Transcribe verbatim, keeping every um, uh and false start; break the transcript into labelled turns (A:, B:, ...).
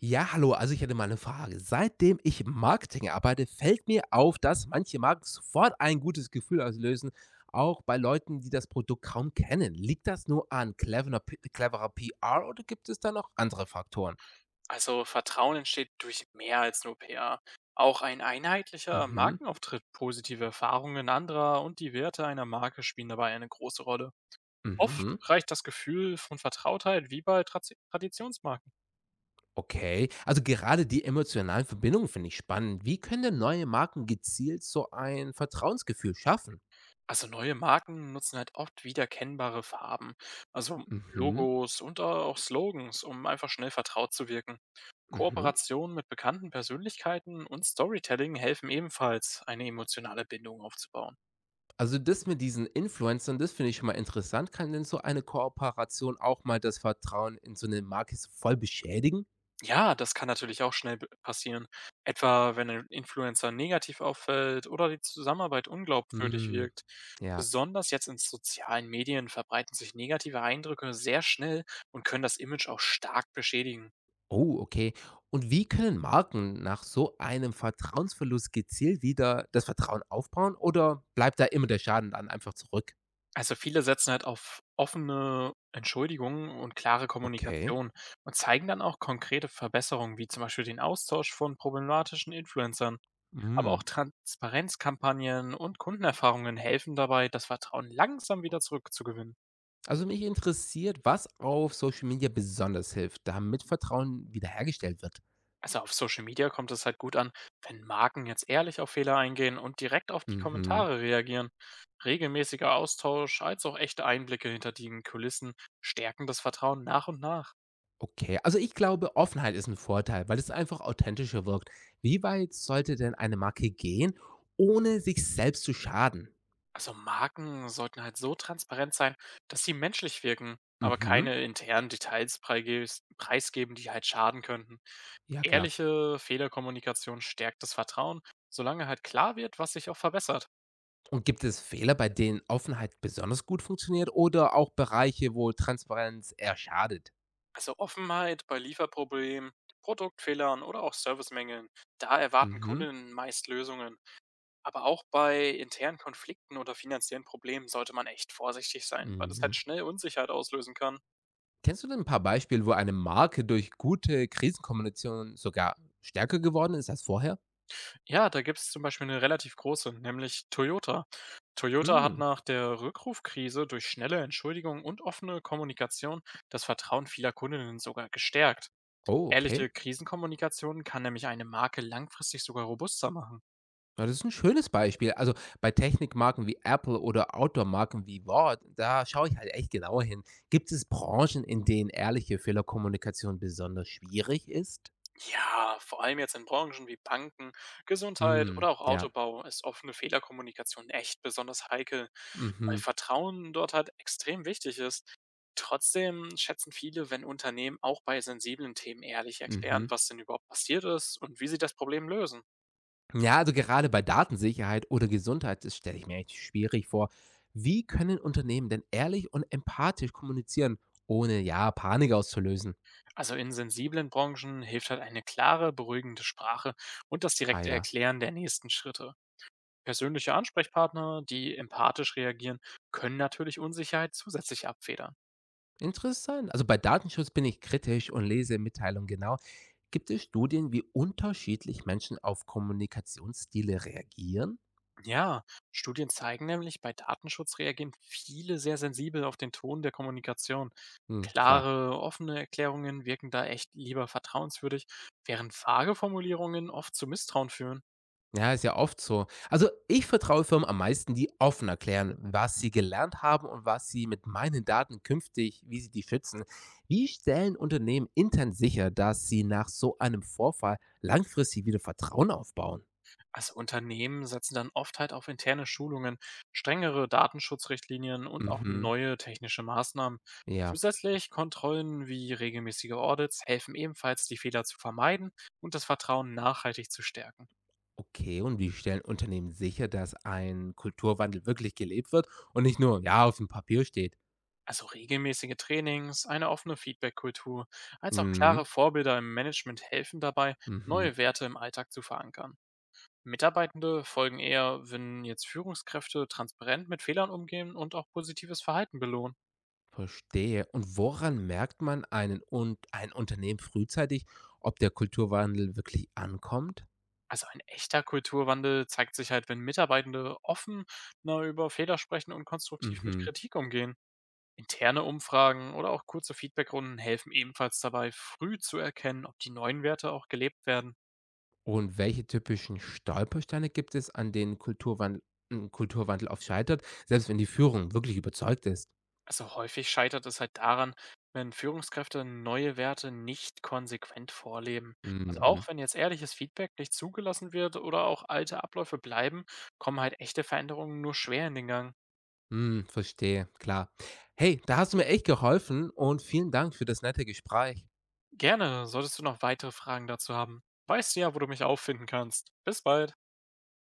A: Ja, hallo. Also ich hätte mal eine Frage. Seitdem ich im Marketing arbeite, fällt mir auf, dass manche Marken sofort ein gutes Gefühl auslösen, auch bei Leuten, die das Produkt kaum kennen. Liegt das nur an cleverer, P- cleverer P R oder gibt es da noch andere Faktoren?
B: Also Vertrauen entsteht durch mehr als nur P R. Auch ein einheitlicher
A: Mhm,
B: Markenauftritt, positive Erfahrungen anderer und die Werte einer Marke spielen dabei eine große Rolle. Oft
A: mhm,
B: reicht das Gefühl von Vertrautheit wie bei Trazi- Traditionsmarken.
A: okay. Also gerade die emotionalen Verbindungen finde ich spannend. Wie können denn neue Marken gezielt so ein Vertrauensgefühl schaffen?
B: Also neue Marken nutzen halt oft wiedererkennbare Farben, also
A: Mhm,
B: Logos und auch Slogans, um einfach schnell vertraut zu wirken.
A: mhm.
B: Kooperationen mit bekannten Persönlichkeiten und Storytelling helfen ebenfalls, eine emotionale Bindung aufzubauen.
A: Also das mit diesen Influencern, das finde ich schon mal interessant. Kann denn so eine Kooperation auch mal das Vertrauen in so eine Marke so voll beschädigen?
B: Ja, das kann natürlich auch schnell b passieren. Etwa, wenn ein Influencer negativ auffällt oder die Zusammenarbeit unglaubwürdig
A: Hm,
B: wirkt.
A: ja.
B: Besonders jetzt in sozialen Medien verbreiten sich negative Eindrücke sehr schnell und können das Image auch stark beschädigen.
A: Oh, okay. Und wie können Marken nach so einem Vertrauensverlust gezielt wieder das Vertrauen aufbauen oder bleibt da immer der Schaden dann einfach zurück?
B: Also, viele setzen halt auf offene Entschuldigungen und klare
A: Okay.
B: Kommunikation und zeigen dann auch konkrete Verbesserungen, wie zum Beispiel den Austausch von problematischen Influencern. Aber auch
A: Hm.
B: Transparenzkampagnen und Kundenerfahrungen helfen dabei, das Vertrauen langsam wieder zurückzugewinnen.
A: Also mich interessiert, was auf Social Media besonders hilft, damit Vertrauen wiederhergestellt wird.
B: Also auf Social Media kommt es halt gut an, wenn Marken jetzt ehrlich auf Fehler eingehen und direkt auf die
A: Mhm.
B: Kommentare reagieren. Regelmäßiger Austausch als auch echte Einblicke hinter den Kulissen stärken das Vertrauen nach und nach.
A: Okay, also ich glaube, Offenheit ist ein Vorteil, weil es einfach authentischer wirkt. Wie weit sollte denn eine Marke gehen, ohne sich selbst zu schaden?
B: Also Marken sollten halt so transparent sein, dass sie menschlich wirken, aber
A: Mhm,
B: keine internen Details preigis- preisgeben, die halt schaden könnten.
A: ja klar.
B: Ehrliche Fehlerkommunikation stärkt das Vertrauen, solange halt klar wird, was sich auch verbessert.
A: Und gibt es Fehler, bei denen Offenheit besonders gut funktioniert oder auch Bereiche, wo Transparenz eher schadet?
B: Also Offenheit bei Lieferproblemen, Produktfehlern oder auch Servicemängeln. Da erwarten
A: Mhm,
B: Kunden meist Lösungen. Aber auch bei internen Konflikten oder finanziellen Problemen sollte man echt vorsichtig sein, weil das halt
A: mhm.
B: schnell Unsicherheit auslösen kann.
A: Kennst du denn ein paar Beispiele, wo eine Marke durch gute Krisenkommunikation sogar stärker geworden ist als vorher?
B: Ja, da gibt es zum Beispiel eine relativ große, nämlich Toyota. Toyota hat
A: Hm,
B: nach der Rückrufkrise durch schnelle Entschuldigungen und offene Kommunikation das Vertrauen vieler Kundinnen sogar gestärkt.
A: oh, okay.
B: Ehrliche Krisenkommunikation kann nämlich eine Marke langfristig sogar robuster machen.
A: Ja, das ist ein schönes Beispiel. Also, bei Technikmarken wie Apple oder Outdoor-Marken wie Ward, da schaue ich halt echt genauer hin. Gibt es Branchen, in denen ehrliche Fehlerkommunikation besonders schwierig ist?
B: Ja, vor allem jetzt in Branchen wie Banken, Gesundheit oder
A: Hm,
B: auch
A: ja.
B: Autobau ist offene Fehlerkommunikation echt besonders heikel, weil
A: Mhm,
B: Vertrauen dort halt extrem wichtig ist. Trotzdem schätzen viele, wenn Unternehmen auch bei sensiblen Themen ehrlich erklären,
A: mhm.
B: was denn überhaupt passiert ist und wie sie das Problem lösen.
A: Ja, also, gerade bei Datensicherheit oder Gesundheit, das stelle ich mir echt schwierig vor. Wie können Unternehmen denn ehrlich und empathisch kommunizieren, ohne, ja, Panik auszulösen?
B: Also in sensiblen Branchen hilft halt eine klare, beruhigende Sprache und das
A: Ah
B: direkte
A: ja.
B: Erklären der nächsten Schritte. Persönliche Ansprechpartner, die empathisch reagieren, können natürlich Unsicherheit zusätzlich abfedern.
A: Interessant. Also bei Datenschutz bin ich kritisch und lese Mitteilungen genau. Gibt es Studien, wie unterschiedlich Menschen auf Kommunikationsstile reagieren?
B: Ja, Studien zeigen nämlich, bei Datenschutz reagieren viele sehr sensibel auf den Ton der Kommunikation.
A: Hm, klar.
B: Klare, offene Erklärungen wirken da echt lieber vertrauenswürdig, während vage Formulierungen oft zu Misstrauen führen.
A: Ja, ist ja oft so. Also ich vertraue Firmen am meisten, die offen erklären, was sie gelernt haben und was sie mit meinen Daten künftig, wie sie die schützen. Wie stellen Unternehmen intern sicher, dass sie nach so einem Vorfall langfristig wieder Vertrauen aufbauen?
B: Also Unternehmen setzen dann oft halt auf interne Schulungen, strengere Datenschutzrichtlinien und auch
A: Mhm.
B: neue technische Maßnahmen.
A: Ja.
B: Zusätzlich Kontrollen wie regelmäßige Audits helfen ebenfalls, die Fehler zu vermeiden und das Vertrauen nachhaltig zu stärken.
A: Okay, und wie stellen Unternehmen sicher, dass ein Kulturwandel wirklich gelebt wird und nicht nur, ja, auf dem Papier steht?
B: Also regelmäßige Trainings, eine offene Feedback-Kultur, als auch klare
A: Mhm,
B: Vorbilder im Management helfen dabei,
A: mhm,
B: neue Werte im Alltag zu verankern. Mitarbeitende folgen eher, wenn jetzt Führungskräfte transparent mit Fehlern umgehen und auch positives Verhalten belohnen.
A: verstehe. Und woran merkt man einen und ein Unternehmen frühzeitig, ob der Kulturwandel wirklich ankommt?
B: Also ein echter Kulturwandel zeigt sich halt, wenn Mitarbeitende offen na, über Fehler sprechen und konstruktiv mit
A: Mhm.
B: Kritik umgehen. Interne Umfragen oder auch kurze Feedbackrunden helfen ebenfalls dabei, früh zu erkennen, ob die neuen Werte auch gelebt werden.
A: Und welche typischen Stolpersteine gibt es, an denen Kulturwandel, ein Kulturwandel oft scheitert, selbst wenn die Führung wirklich überzeugt ist?
B: Also häufig scheitert es halt daran, wenn Führungskräfte neue Werte nicht konsequent vorleben. Also
A: Mhm.
B: auch wenn jetzt ehrliches Feedback nicht zugelassen wird oder auch alte Abläufe bleiben, kommen halt echte Veränderungen nur schwer in den Gang.
A: Mhm, verstehe, klar. Hey, da hast du mir echt geholfen und vielen Dank für das nette Gespräch.
B: Gerne, solltest du noch weitere Fragen dazu haben. Weißt du ja, wo du mich auffinden kannst. Bis bald.